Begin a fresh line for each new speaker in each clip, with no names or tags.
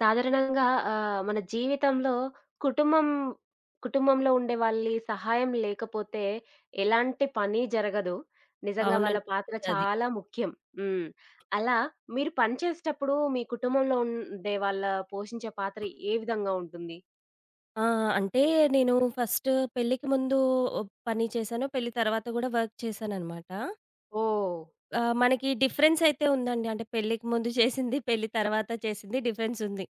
సాధారణంగా మన జీవితంలో కుటుంబం కుటుంబంలో ఉండే వాళ్ళి సహాయం లేకపోతే ఎలాంటి పని జరగదు. నిజంగా వాళ్ళ
అవునండి.
పాత్ర
అది.
చాలా ముఖ్యం. హ్మ్. అలా మీరు పని చేసేటప్పుడు మీ కుటుంబంలో ఉండే వాళ్ళ పోషించే పాత్ర ఏ విధంగా ఉంటుంది?
ఆ! అంటే నేను ఫస్ట్ పెళ్ళికి ముందు పని చేశాను. పెళ్లి తర్వాత కూడా వర్క్ చేశాననమాట.
ఓహ్!
మనకి డిఫరెన్స్ అయితే ఉందండి. అంటే పెళ్ళికి ముందు చేసింది, పెళ్లి తర్వాత చేసింది డిఫరెన్స్ ఉంది.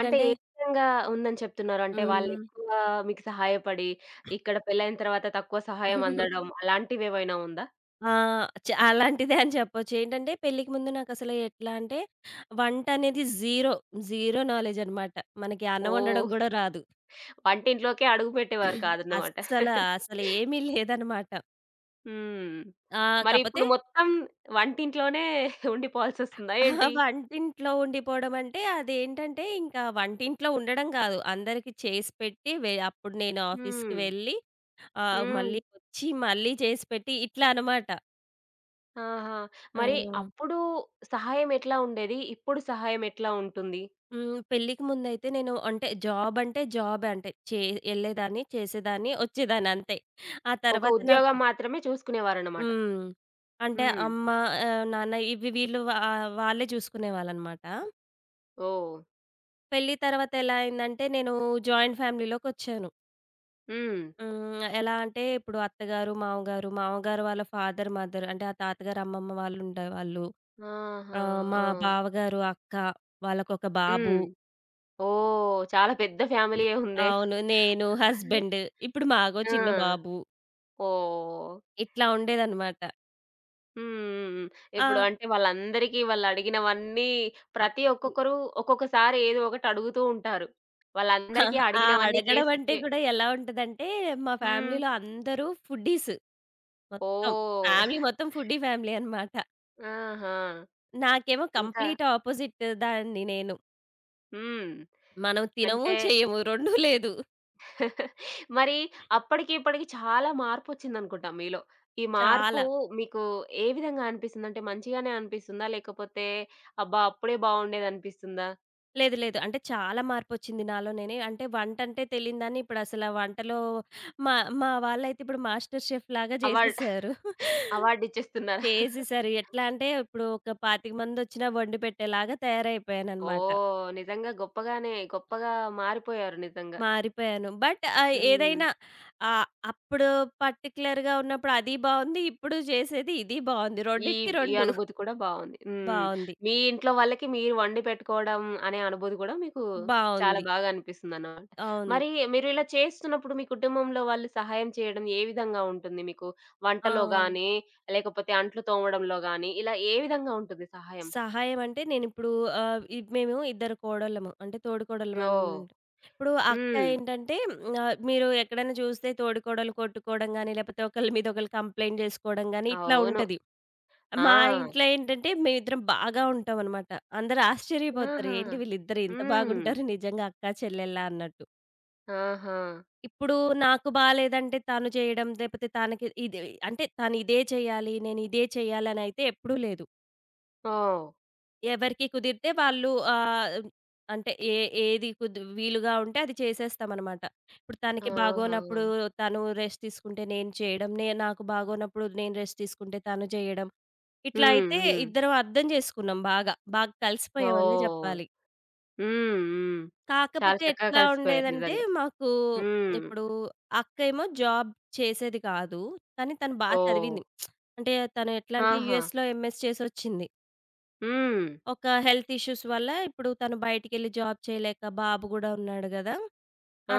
అంటే ఏ విధంగా ఉందని చెప్తున్నారు? అంటే
హ్మ్.
వాళ్ళెక్కువ మీకు సహాయపడి, ఇక్కడ పెళ్ళైన తర్వాత తక్కువ సహాయం అందడం అలాంటివేవైనా ఉందా?
ఆ! చ అలాంటిదే అని చెప్పొచ్చు. ఏంటంటే పెళ్ళికి ముందు నాకసలు ఎట్లా అంటే వంట అనేది జీరో, జీరో నాలెడ్జ్ అనమాట. మనకి అన్నం వండడం
ఓహ్!
కూడా రాదు.
వంటింట్లోకే అడుగు పెట్టేవారు కాదన్నమాట.
అస్సల అసలు ఏమీ లేదనమాట.
హ్మ్.
ఆ!
మరి
కాపోతే
ఇప్పుడు మొత్తం వంటింట్లోనే ఉండిపోవాల్సొస్తుందా ఏంటి?
వంటింట్లో ఉండిపోవడం అంటే అదేంటంటే ఇంకా వంటింట్లో ఉండడం గాదు. అందరికి చేసి పెట్టి అప్పుడు నేను ఆఫీస్‌కి
హ్మ్.
వెళ్ళి
హ్మ్.
మళ్ళీ వచ్చి మళ్ళీ చేసి పెట్టి ఇట్లా అనమాట.
ఆహా!
ఆ!
మరి అప్పుడు సహాయం ఎట్లా ఉండేది? ఇప్పుడు సహాయం ఎట్లా ఉంటుంది?
హ్మ్. పెళ్ళికి ముందైతే నేను అంటే జాబ్ అంటే జాబే అంటే ఎళ్ళేదాన్ని, చేసేదాన్ని, వచ్చేదాన్ని అంతే. ఆ
ఒక
తర్వాత నాకు
ఉద్యోగం మాత్రమే చూసుకునేవారన్నమాట.
హ్మ్. అంటే
హ్మ్.
అమ్మ, నాన్న ఇవి వీళ్ళు వా వాళ్ళే చూసుకునేవాళ్ళనమాట.
ఓహ్!
పెళ్లి తర్వాత ఎలా అయిందంటే నేను జాయింట్ ఫ్యామిలీలోకొచ్చాను.
హ్మ్.
హ్మ్. ఎలా అంటే ఇప్పుడు అత్తగారు, మామగారు వాళ్ళ ఫాదర్, మదర్ అంటే ఆ తాతగారు, అమ్మమ్మ వాళ్ళుండేవాళ్ళు.
ఆహా!
మా
ఆ!
బావగారు, అక్క, వాళ్ళకొక బాబు.
హ్మ్. ఓహ్! చాలా పెద్ద ఫ్యామిలీయే ఉందే.
అవును. నేను, హస్బెండ్. ఇప్పుడు మాకో
ఆ!
చిన్న బాబు.
ఓహ్!
ఇట్లా ఉండేదనమాట.
హ్మ్. హ్మ్. హ్మ్.
ఆ!
ఇప్పుడు అంటే వాళ్ళందరికీ వాళ్ళడిగినవన్నీ ప్రతి
అది.
ఒక్కొక్కరు ఒక్కొక్కసారి ఏదో ఒకటి అడుగుతూ ఉంటారు. వాళ్ళందరికీ
ఆ!
అడిగినవన్నీ
అడగడం అంటే
చేసిచ్చే
కూడా ఎలా ఉంటదంటే మా
హ్మ్.
ఫ్యామిలీలో అందరూ ఫుడ్డీస్ మొత్తం.
ఓహ్!
ఫ్యామిలీ మొత్తం ఫుడ్డీ ఫ్యామిలీ అనమాట.
ఆహా!
నాకేమో
ఇంకా
కంప్లీట్ ఆపోజిట్ దాన్ని నేను.
హ్మ్.
మనం తినము,
అంటే
చేయము. 2 లేదు.
మరి అప్పటికి, ఇప్పటికి చాలా మార్పొచ్చిందనుకుంటా మీలో. ఈ మార్పు
చాలా.
మీకు ఏ విధంగా అనిపిస్తుంది? అంటే మంచిగానే అనిపిస్తుందా? లేకపోతే అబ్బా! అప్పుడే బావుండేదనిపిస్తుందా?
లేదు, లేదు. అంటే చాలా మార్పొచ్చింది నాలోనేనే. అంటే వంటంటే తెలీందాన్ని ఇప్పుడసల వంటలో మా మా వాళ్ళైతే ఇప్పుడు మాస్టర్ షెఫ్‌లాగా
అవార్డ్ అవార్డ్
జేసేసారు. చేసేసారు.
అవార్డు ఇచ్చేస్తున్నారా?
చేసేసారు. ఎట్లా అంటే ఇప్పుడు ఒక 25 మందొచ్చినా వండి పెట్టేలాగా తయారైపోయాననమాట.
ఓహ్! నిజంగా గొప్పగా మారిపోయారు నిజంగా.
మారిపోయాను. బట్
హ్మ్.
ఏదైనా అప్పుడు పర్టిక్యులర్‌గా ఉన్నప్పుడు అది బావుంది. ఇప్పుడు చేసేది ఇది బావుంది.
ఈ
రెండిటికి
ఈ
2
అనుభూతి కూడా బావుంది. హ్మ్.
బావుంది.
మీ ఇంట్లో వాళ్ళకి మీరు వండి పెట్టుకోవడం అనే అనుభూతి కూడా మీకు చాలా
బావుంది.
బాగా అనిపిస్తుందన్నమాట.
అవును.
మరి మీరు ఇలా చేస్తున్నప్పుడు మీ కుటుంబంలో వాళ్ళు సహాయం చేయడం ఏ విధంగా ఉంటుంది మీకు?
ఆ!
వంటలో గాని, లేకపోతే అంట్లు తోమడంలో గాని ఇలా ఏ విధంగా ఉంటుంది సహాయం?
సహాయం అంటే నేనిప్పుడు, ఆహ్, ఇ మేము ఇద్దరు కోడళ్ళము. అంటే తోడికోడళ్ళం.
ఓహ్!
ఇప్పుడు అక్క
హ్మ్.
ఏంటంటే హ్మ్, మీరు ఎక్కడైనా చూస్తే తోడికోడళ్ళు కొట్టుకోవడం గాని, లేపోతే ఒకళ్ళ మీద ఒకళ్ళు కంప్లెయింట్ జేసుకోవడం గాని ఇట్లా
అవును.
ఉంటది.
ఆ!
మా ఇంట్లో ఏంటంటే మేమిద్దరం బాగా ఉంటామనమాట. అందరూ ఆశ్చర్యపోతారు.
ఆహా!
ఏంటి వీళ్ళిద్దరు ఇంత
హ్మ్.
బాగుంటారు నిజంగా అక్కా చెల్లెల్లా అన్నట్టు.
ఆహా!
ఇప్పుడు నాకు బాలేదంటే తను చేయడం, లేపోతే తనకి ఇది, అంటే తను ఇదే చేయాలి, నేను ఇదే చేయాలనైతే ఎప్పుడూ లేదు.
ఓహ్!
ఎవరికి కుదిరితే వాళ్ళు, అంటే ఏది వీలుగా ఉంటే అది చేసేస్తామనమాట. ఇప్పుడు తనకి
ఆహా!
బాగోనప్పుడు తను రెస్ట్ తీసుకుంటే నేను చేయడం, నాకు బాగోనప్పుడు నేను రెస్ట్ తీసుకుంటే తను చేయడం. ఇట్లా
హ్మ్.
అయితే
హ్మ్.
ఇద్దరం అర్థం చేసుకున్నాం బాగా. బాగా కలిసిపోయామనే
ఓహ్!
జెప్పాలి.
హ్మ్. హ్మ్. చాలా
కాకపోతే
చక్కగా
ఎట్లా
కలిసిపోయారు
ఉండేదంటే
నిజంగా.
మాకు
హ్మ్.
ఇప్పుడు అక్కేమో జాబ్ చేసేది కాదు. కానీ తను
ఓహ్!
చదివింది. అంటే తను ఎట్లా అంటే
ఆహా!
యూఎస్‌లో ఎంఎస్ చేసొచ్చింది.
హ్మ్.
ఒక హెల్త్ ఇష్యూస్ వల్ల ఇప్పుడు తను బయటికెళ్ళి జాబ్ చేయలేక, బాబు గూడా ఉన్నాడు గదా!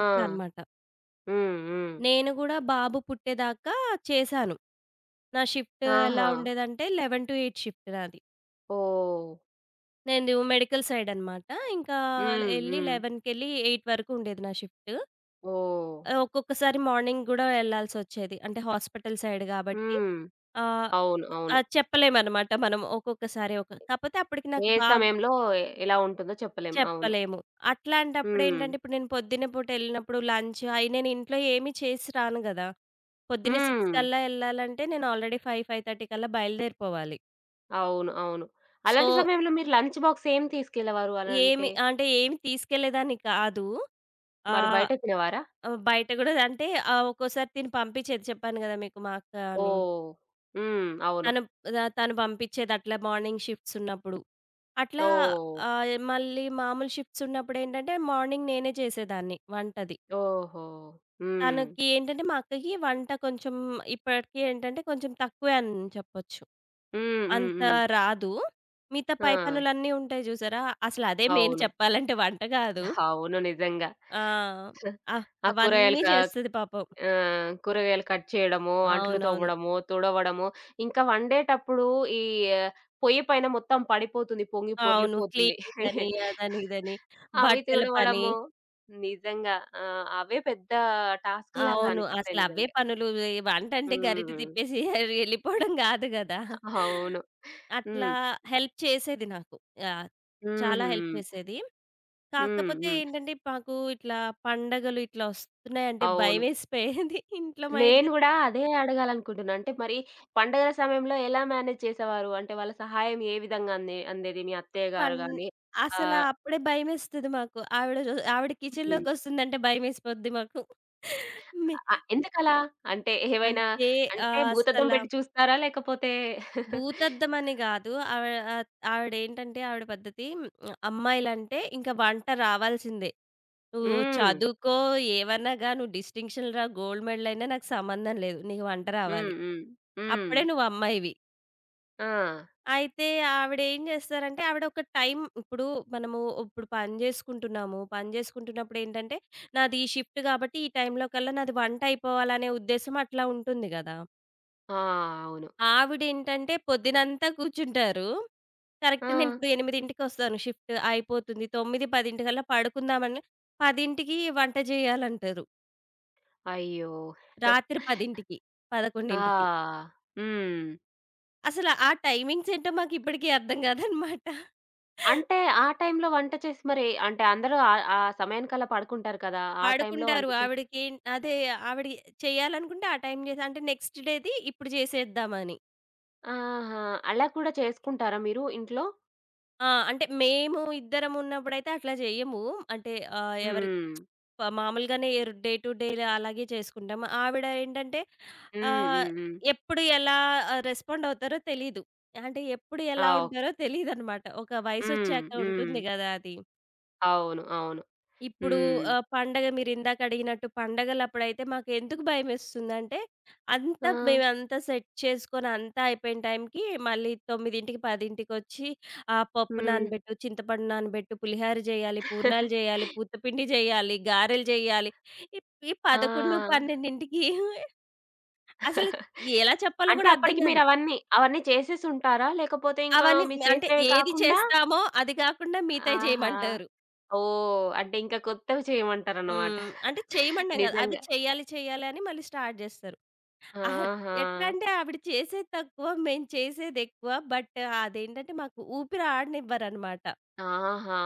అట్లా అనమాట.
హ్మ్. హ్మ్.
నేను గూడా బాబు పుట్టేదాకా చేశాను. నా షిఫ్ట్ ఎలా
ఆహా!
ఉండేదంటే 11-8 షిఫ్ట్ నాది.
ఓహ్!
నేను మెడికల్ సైడ్ అనమాట. ఇంకా
హ్మ్.
ఎళ్లి
హ్మ్.
11కెళ్ళి 8 వరకు ఉండేది నా షిఫ్ట్.
ఓహ్!
ఒక్కొక్కసారి మార్నింగ్ గూడా ఎళ్ళాల్సొచ్చేది. అంటే హాస్పిటల్ సైడ్ గాబట్టి,
హ్మ్.
ఆహ్,
అవును. అవును.
అది చెప్పలేమనమాట. మనం ఒక్కొక్కసారి ఒక కాపోతే అప్పటికి నాకు
ఏ
బా
సమయంలో ఎలా ఉంటుందో చెప్పలేం. అవును.
చెప్పలేము.
హ్మ్.
అట్లాంటప్పుడేంటంటే, ఇప్పుడు నేను పొద్దున్న పూట ఎళ్ళినప్పుడు, లంచ్ అయి నేను ఇంట్లో ఏమి చేసి రాను గదా! పొద్దున్నే 6
హ్మ్.
కల్లా ఎళ్ళాలంటే నేను ఆల్రెడీ 5, 5:30 కల్లా బయలుదేరిపోవాలి.
అవును. అవును.
సో,
అలాంటి సమయంలో మీరు లంచ్ బాక్స్ ఏం తీసుకెళ్ళేవారు
ఏమి
అనంటే?
అంటే ఏమి తీసుకెళ్ళేదాన్ని కాదు.
మరి
ఆహ్,
బయట తినేవారా?
ఆహ్, బయట గూడా అంటే, ఒక్కోసారి తిను పంపించేది చెప్పాను గదా మీకు మా అక్క అని.
ఓహ్! హ్మ్. అవును.
తను, తను పంపించేది అట్లా మార్నింగ్ షిఫ్ట్స్ ఉన్నప్పుడు. అట్లా,
ఓహ్!
మళ్ళీ మామూలు షిఫ్ట్స్ ఉన్నప్పుడేంటంటే మార్నింగ్ నేనే చేసేదాన్ని వంటది.
ఓహో! హ్మ్.
తనకి ఏంటంటే మా అక్కకి వంట కొంచెం, ఇప్పటికి ఏంటంటే కొంచెం తక్కువే అని చెప్పొచ్చు.
హ్మ్. హ్మ్.
అంత
హ్మ్.
రాదు. మిగతా పై
ఆ!
పనులన్నీ ఉంటాయి చూసారా? అసలదే మెయిన్
అవును.
చెప్పాలంటే, వంట కాదు.
అవును. నిజంగా.
ఆ!
ఆ కూరగాయలు
అవన్నీ
క
చేస్తది పాపం.
కూరగాయలు కట్ చేయడము, అంట్లు
అవునవును.
తోమడము, తుడవడము, ఇంకా వండేటప్పుడు ఈ పొయ్యి పైన మొత్తం పడిపోతుంది. పొంగి
అవును.
పొర్లిపోతుంది.
క్లీనింగని, అదని, ఇదని,
అవి
బట్టల పని.
తుడవడము. నిజంగా. ఆ! అవే పెద్ద టాస్క్‌లాగా
అవును.
అనిపిస్తాయి
అసలవే
నిజంగా.
పనులు. ఈ వంటంటే గరిట
హ్మ్.
తిప్పేసి వెళ్ళిపోవడం గాదు గదా!
అవును.
అట్లా
హ్మ్.
హెల్ప్ చేసేది నాకు. యాహ్! చాలా
హుహు.
హెల్ప్ చేసేది.
హ్మ్.
కాకపోతే
హ్మ్.
ఏంటంటే మాకు ఇట్లా పండగలు ఇట్లా ఒస్తున్నాయంటే
అవును.
భయమేసిపోయేది. ఇంట్లో మా
నేను
ఇద్దరికి
గూడా అదే అడగాలనుకుంటున్నా. అంటే మరి పండగల సమయంలో ఎలా మేనేజ్ చేసేవారు? అంటే వాళ్ళ సహాయం ఏ విధంగా అందేది మీ అత్తయ్య గారు
పన్
గాని
అసల
ఆహ్,
అప్పుడే భయమేస్తది మాకు. ఆవిడ
హ్మ్.
కిచెన్‌లోకొస్తుందంటే భయమేసిపోద్ది మాకు. మీ
ఎందుకలా? అంటే ఏవైనా
అంటే,
అంటే భూతద్దం
అసల
పెట్టి చూస్తారా? లేకపోతే
భూతద్దం అని గాదు. ఆహ్, ఆవిడేంటంటే ఆవిడ పద్ధతి మ్, అమ్మాయిలంటే ఇంక వంట రావాల్సిందే. నువ్వు
హ్మ్.
చదువుకో, ఏవన్నా గా, నువ్వు డిస్టింక్షన్‌లు రా, గోల్డ్ మెడల్ అయినా నాకు సంబంధం లేదు. నీకు వంట రావాలి.
హ్మ్. హ్మ్. హ్మ్.
అప్పుడే నువ్వు అమ్మాయివి.
ఆ!
అయితే ఆవిడేం జేస్తారంటే ఆవిడ ఒక టైం, ఇప్పుడు ఇప్పుడు పని జేసుకుంటున్నాము. పని జేసుకుంటున్నప్పుడేంటంటే నాది ఈ షిఫ్ట్ గాబట్టి ఈ టైంలో కల్లా నాది వంట అయిపోవాలనే ఉద్దేశ్యం అట్లా ఉంటుంది గదా!
ఆ! అవును.
ఆవిడేంటంటే పొద్దునంతా కూర్చుంటారు. కరెక్ట్,
ఆ!
నేనిప్పుడు 8కి షిఫ్ట్ అయిపోతుంది. 9, 10 పడుకుందామని 10కి వంట జేయాలంటారు.
అయ్యో!
రాత్రి 10కి, 11కి.
ఆ! హ్మ్.
అసల ఆ టైమింగ్స్ ఏంటో మాకిప్పటికి అర్థం గాదనమాట.
అంటే ఆ టైంలో వంట చేసి మరి అంటే అందరూ ఆ ఆ సమయానికలా పడుకుంటారు కదా! ఆ టైంలో
పడుకుంటారు.
వంట చేసి
ఆవిడకి, అదే, ఆవిడ చేయాలనుకుంటే ఆ టైం చేసి, అంటే నెక్స్ట్ డేది ఇప్పుడు చేసేద్దామని.
ఆహా! అలా కూడా చేసుకుంటారా మీరు ఇంట్లో?
ఆ! అంటే మేము ఇద్దరం ఉన్నప్పుడైతే అట్లా జేయము. అంటే, ఆహ్, ఎవరి
హ్మ్.
ప మామూలుగానే, డే టు డే అలాగే చేసుకుంటాం. ఆవిడ ఏంటంటే,
హ్మ్.
ఆహ్,
హ్మ్. హ్మ్.
ఎప్పుడు ఎలా రెస్పాండ్ అవుతారో తెలీదు. అంటే ఎప్పుడు
ఆ!
ఎలా
ఓకే.
ఉంటారో తెలీదనమాట. ఒక
హ్మ్.
వయసొచ్చాక
హ్మ్.
ఉంటుంది గదా అది.
అవును. అవును.
ఇప్పుడు,
హ్మ్.
పండగ మీరిందాక అడిగినట్టు పండగలప్పుడైతే మాకెందుకు భయమేస్తుందంటే,
ఆ!
మేమంతా సెట్ చేసుకొని అంతా అయిపోయిన టైంకి మళ్ళీ 9:00, 10:00కొచ్చి, పప్పు
హ్మ్.
నానబెట్టు, చింతపండు నానబెట్టు, పులిహార చేయాలి, పూర్ణాలు చేయాలి, పూతపిండి చేయాలి, గారెలు చేయాలి. ఈ ఈ 11,
ఆ!
12కి అసలు ఎలా చెప్పాలో
అంటే
కూడా అర్థం
అప్పటికి
కాదు.
అవన్నీ చేసేసుంటారా? లేకపోతే ఇంకా
అవన్నీ
మీరు
అంటే
చేసినవి
ఏది
కాకుండా
చేస్తామో అది కాకుండా మిగతాయి
ఆహా!
చేయమంటారు.
ఓహ్! అంటే ఇంకా కొత్తవి చేయమంటారన్నమాట.
హ్మ్. అంటే చేయమనడం కాదు. అవి
నిజంగా.
చేయాలి, చేయాలి అని మళ్ళీ స్టార్ట్ చేస్తారు. అహా!
ఆహా!
ఎట్లా అంటే ఆవిడ చేసేది తక్కువ, మేము చేసేదెక్కువ. బట్ అదేంటంటే మాకు ఊపిరి ఆడనివ్వరనమాట.
ఆహా!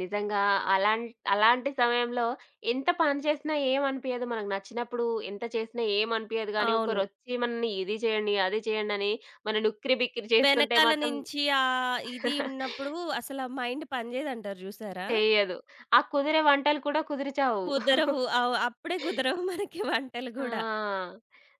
నిజంగా అలాం అలాంటి సమయంలో ఎంత పని చేసినా ఏమనిపియదు. మనకు నచ్చినప్పుడు ఎంత చేసినా ఏమనిపియదు గానీ,
అవును.
ఒకరొచ్చి మనల్ని ఇది చేయండి, అది చేయండి అని మనల్ని ఉక్కిరి బిక్కిరి చేస్తుంటే
వెనకాల
మాత్రం
నుంచి, ఇది ఉన్నప్పుడు అసల మైండ్ పని చేయదంటారు చూసారా?
చెయ్యదు. ఆ కుదిరే వంటలు కూడా కుదిరి చావు.
కుదరవు. అప్పుడే కుదరవు మనకి వంటలు గూడా.
ఆ!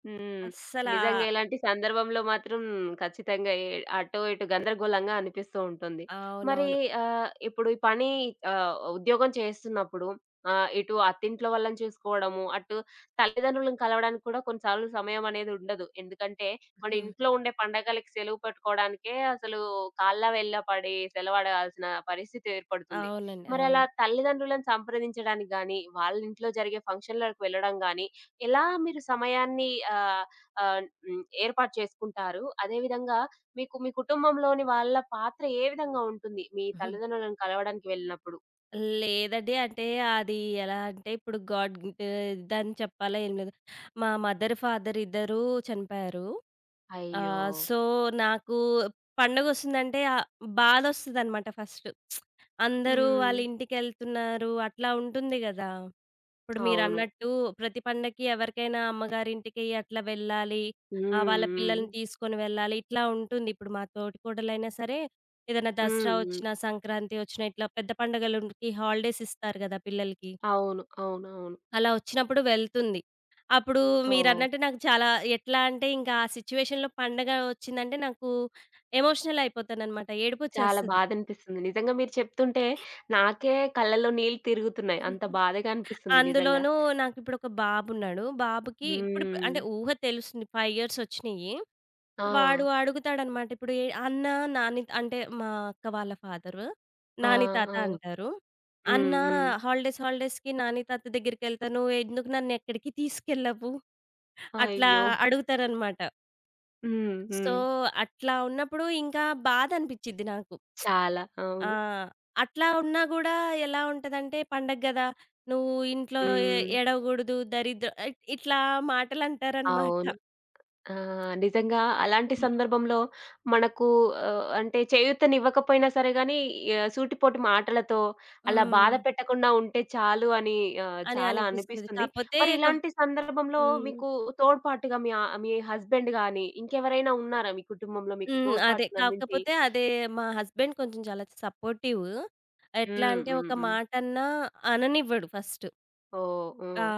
హ్మ్.
అస్సలా.
నిజంగా ఇలాంటి సందర్భంలో మాత్రం ఖచ్చితంగా అటో ఇటో గందరగోళంగా అనిపిస్తూ ఉంటుంది. మరి
అవునవును.
ఇప్పుడు ఈ పని ఉద్యోగం చేస్తున్నప్పుడు ఇటు అత్తింట్లో వాళ్ళని చూసుకోవడము, అటు తల్లిదండ్రులను కలవడానికి కూడా కొన్నిసార్లు సమయం అనేది ఉండదు. ఎందుకంటే మన
హ్మ్.
ఇంట్లో ఉండే పండగలకి సెలవు పెట్టుకోవడానికే అసలు కాల్లా వేళ్ళ పడి సెలవడాల్సిన పరిస్థితి ఏర్పడుతుంది.
అవునండి.
మరి అలా
అవును.
తల్లిదండ్రులను సంప్రదించడానికి గాని, వాళ్ళ ఇంట్లో జరిగే ఫంక్షన్‌లకు వెళ్ళడం గాని, ఎలా మీరు సమయాన్ని ఆహ్, ఆహ్, ఏర్పాటు చేసుకుంటారు? అదేవిధంగా మీకు మీ కుటుంబంలోని వాళ్ళ పాత్ర ఏ విధంగా ఉంటుంది? మీ
హ్మ్.
తల్లిదండ్రులను కలవడానికి వెళ్ళినప్పుడు?
లేదండి. అంటే అది ఎలా అంటే ఇప్పుడు గాడ్ గిఫ్ట్ ఇదని చెప్పాలా, ఏం లేదు. మా మదర్, ఫాదర్ ఇద్దరూ చనిపోయారు. ఆ!
అయ్యో!
సో, నాకు పండగొస్తుందంటే బాధొస్తదనమాట ఫస్ట్. అందరూ
హ్మ్.
వాళ్ళింటికెళ్తున్నారు అట్లా ఉంటుంది గదా! ఇప్పుడు
అవును.
మీరన్నట్టు ప్రతి పండక్కి ఎవరికైనా అమ్మగారింటికి అట్లా వెళ్ళాలి.
హ్మ్.
వాళ్ళ
హ్మ్.
పిల్లల్ని తీసుకొని వెళ్ళాలి. ఇట్లా ఉంటుంది. ఇప్పుడు మా తోటి కోడలైనా సరే, ఏదైనా దసరా
హ్మ్. హ్మ్.
ఒచ్చినా, సంక్రాంతి ఒచ్చినా ఇట్లా పెద్ద పండగలుంటికి హాలిడేస్ ఇస్తారు గదా పిల్లలకి.
అవును. అవునవును.
అలా వచ్చినప్పుడు వెళ్తుంది. అప్పుడు
ఓహ్!
మీరన్నట్టు నాకు చాలా, ఎట్లా అంటే, ఇంకా ఆ సిట్యుయేషన్‌లో పండగ వచ్చిందంటే నాకు ఎమోషనల్ అయిపోతాననమాట.
చాలా
ఏడుపొచ్చేస్తది.
బాధనిపిస్తుంది. నిజంగా మీరు చెప్తుంటే నాకే కళ్ళల్లో నీళ్ళు తిరుగుతున్నాయి. అంత బాధగా అనిపిస్తుంది నిజంగా.
అందులోనూ నాకిప్పుడు ఒక బాబున్నాడు. బాబుకి ఇప్పుడిప్పుడు
హ్మ్.
అంటే ఊహ తెలుస్తుంది. 5 ఇయర్స్ వచ్చినియి.
ఆ!
వాడు అడుగుతాడనమాట. ఇప్పుడు అన్న, నాని అంటే మా అక్క వాళ్ళ ఫాదరు.
ఆ!
నాని తాత
ఆ!
అంటారు. "అన్న,
హ్మ్. హ్మ్.
హాలిడేస్‌కి నాని తాత దగ్గరికెళ్తాను. ఎందుకు నన్ను ఎక్కడికి తీసుకెళ్ళవు?" అట్లా
అయ్యో!
అడుగుతారనమాట.
హ్మ్.
సో,
హ్మ్.
అట్లా ఉన్నప్పుడు ఇంకా బాధనిపిచ్చిద్ది నాకు.
చాలా.
ఆ!
అవును.
అట్లా ఉన్నా గూడా ఎలా ఉంటదంటే, "పండగ గదా! నువ్వు ఇంట్లో ఎ
హ్మ్.
ఏడవగూడదు, దరిద్ర", ఇట్లా మాటలంటారనమాట.
అవును. ఆ! నిజంగా అలాంటి సందర్భంలో మనకు అంటే చేయూతనివ్వకపోయినా సరే గానీ, సూటిపోటి మాటలతో అలా బాధ
హ్మ్.
పెట్టకుండా ఉంటే చాలు అని
అని
చాలా
అనిపిస్తది.
అనిపిస్తుంది.
కాపోతే
మరి
కొ
ఇలాంటి సందర్భంలో
హ్మ్.
మీకు తోడ్పాటుగా మీ మీ హస్బెండ్ గాని, ఇంకెవరైనా ఉన్నారా మీ కుటుంబంలో మీకు
హ్మ్. అదే.
తోడ్పాటునందించి?
కాకపోతే అదే మా హస్బెండ్ కొంచెం చాలా సపోర్టివ్. ఎట్లా
హ్మ్.
అంటే, ఒక
హ్మ్. హ్మ్.
మాటన్నా అననివ్వడు ఫస్ట్.
ఓహ్!
ఆ!
హ్మ్.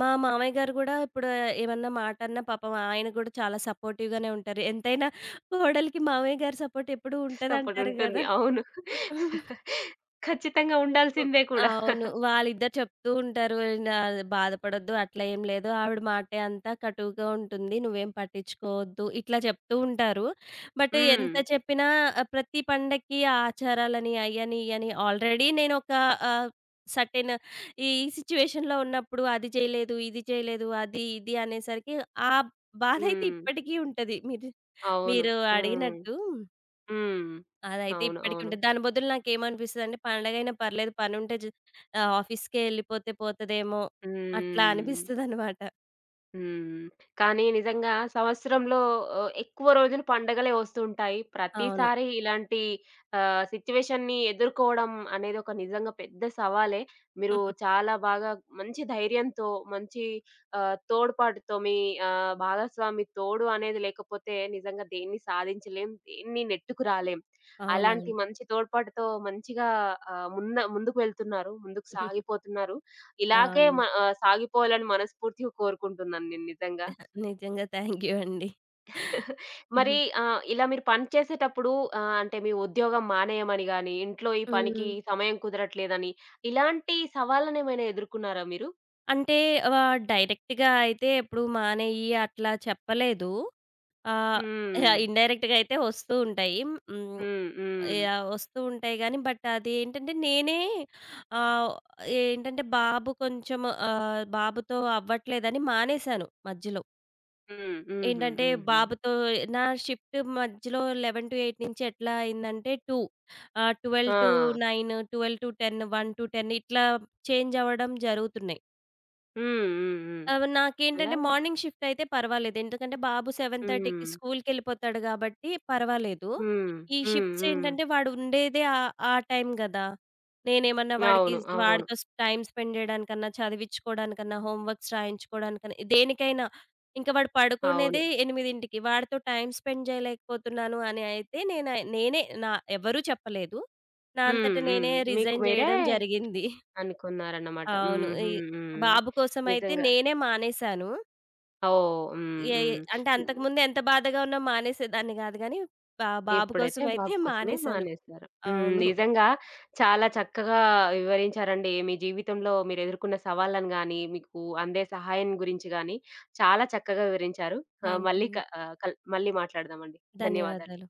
మా మామయ్య గారు గూడా ఇప్పుడు ఏమన్నా మాటన్నా పాపం, ఆయన గూడా చాలా సపోర్టివ్‌గానే ఉంటారు. ఎంతైనా కోడలికి మామయ్య గారి సపోర్ట్ ఎప్పుడూ
సపోర్ట్
ఉంటదంటారు
ఉంటుంది.
గదా!
అవును. ఖచ్చితంగా
ఉ
ఉండాల్సిందే కూడా.
అవును. వాళ్ళిద్దరు చెప్తూ ఉంటారు. నా బాధపడొద్దు, అట్లా ఏం లేదు. ఆవిడ మాటే అంతా కటువుగా ఉంటుంది. నువ్వేం పట్టించుకోవద్దు. ఇట్లా చెప్తూ ఉంటారు. బట్
హ్మ్.
ఎంత చెప్పినా, ప్రతి పండక్కి ఆ ఆచారాలని అయ్యని, ఇయ్యని, ఆల్రెడీ నేనొక, ఆహ్, సర్టెన్ ఈ సిట్యుయేషన్‌లో ఉన్నప్పుడు అది చేయలేదు, ఇది చేయలేదు, అది, ఇది అనేసరికి ఆ బాధైతే
హ్మ్.
ఇప్పటికీ ఉంటది. మీరు
అవును.
మీరు
హ్మ్.
అడిగినట్టు
హ్మ్.
అదైతే
అవును. అవును.
ఇప్పటికుంటది. దాని బదులు నాకేమనిపిస్తదంటే పండగైనా పర్లేదు పనుంటే, ఆఫీస్‌కే ఎళ్ళిపోతే పోతదేమో అట్లా
హ్మ్.
అనిపిస్తదనమాట.
హ్మ్. కానీ నిజంగా సంవత్సరంలో ఎక్కువ రోజులు పండగలే వస్తుంటాయి.
అవును.
ప్రతిసారి ఇలాంటి సిట్యుయేషన్‌ని ఎదుర్కోవడం అనేది ఒక నిజంగా పెద్ద సవాలే. మీరు చాలా బాగా మంచి ధైర్యంతో, మంచి తోడ్పాటుతో మీ భాగస్వామి తోడు అనేది లేకపోతే నిజంగా దేన్ని సాధించలేం. దేన్ని నెట్టుకు రాలేం. అలాంటి
అవునవును.
మంచి తోడ్పాటుతో మంచిగా ముందుకు వెళ్తున్నారు. ముందుకు సాగిపోతున్నారు. ఇలాగే
అవును.
సాగిపోవాలని మనస్ఫూర్తిగా కోరుకుంటున్నాను నేను నిజంగా.
నిజంగా థ్యాంక్ యూ అండి.
మరి ఇలా మీరు పని చేసేటప్పుడు అంటే మీ ఉద్యోగం మానేయమని గాని, ఇంట్లో ఈ
హ్మ్.
పనికి సమయం కుదరట్లేదని ఇలాంటి సవాళ్ళనేమైనా ఎదుర్కున్నారా మీరు?
అంటే, డైరెక్ట్‌గా అయితే ఎప్పుడు మానేయి అట్లా చెప్పలేదు. ఆహ్,
హ్మ్.
యాహ్! ఇండైరెక్ట్‌గా అయితే వస్తూ ఉంటాయి. హ్మ్.
హ్మ్. హ్మ్.
యాహ్! వస్తూ ఉంటాయి గానీ, బట్ అదేంటంటే నేనే, ఆహ్, ఏంటంటే బాబు కొంచెం, బాబుతో అవ్వట్లేదని మానేశాను మధ్యలో.
హ్మ్. హుహు.
ఏంటంటే
హుహు.
బాబుతో, నా షిఫ్ట్ మధ్యలో 11-8 నుంచి ఎట్లా అయిందంటే 2,
ఆ!
12-9, 12-10, 1-10 ఇట్లా చేంజ్ అవ్వడం జరుగుతున్నాయి.
హ్మ్. హ్మ్. హ్మ్. అలా
నాకేంటంటే మార్నింగ్ షిఫ్ట్ అయితే పర్వాలేదు. ఎందుకంటే బాబు 7:30కి
హ్మ్.
స్కూల్‌కెళ్ళిపోతాడు కాబట్టి పర్వాలేదు.
హ్మ్.
ఈ
హ్మ్.
షిఫ్ట్స్
హ్మ్.
ఏంటంటే వాడు ఉండేదే, ఆ టైం గదా! నేనేమన్నా వాడికి
అవును. అవును.
వాడితో టైమ్ స్పెండ్ జేయడానికన్నా, చదివించుకోవడానికన్నా, హోంవర్క్స్ రాయించుకోవడానికన్నా, దేనికైనా, ఇంకా వాడు
అవును.
పడుకునేదే 8కి, వాడితో టైమ్ స్పెండ్ జేయలేకపోతున్నాను అని అయితే, నేనే ఎవరు చెప్పలేదు. నా
హ్మ్.
అంతట
హ్మ్.
నేనే
మీకు
రిజైన్
మీరే
జేయడం జరిగింది.
అనుకున్నారన్నమాట.
అవును. ఈ
హుహు. హ్మ్.
బాబు కోసమయితే
నిజంగా.
నేనే మానేశాను.
ఓహ్! హ్మ్.
ఏ ఏ
హ్మ్.
అంటే
హ్మ్.
అంతకుముందు ఎంత బాధగా ఉన్నా మానేసేదాన్ని గాదు గానీ, బాబు
ఇప్పుడైతే
కోసమయితే
బాబు కోసమే
మానేశాను.
మానేశారు. హ్మ్.
అవును.
నిజంగా చాలా చక్కగా వివరించారండి. మీ జీవితంలో మీరు ఎదుర్కొన్న సవాళ్ళను గాని, మీకు అందే సహాయం గురించి గాని చాలా చక్కగా వివరించారు.
థాంక్యూ
మళ్ళీ
అండి.
కల్ మళ్ళీ మాట్లాడదామండి. ధన్యవాదాలు.
ధన్యవాదాలు.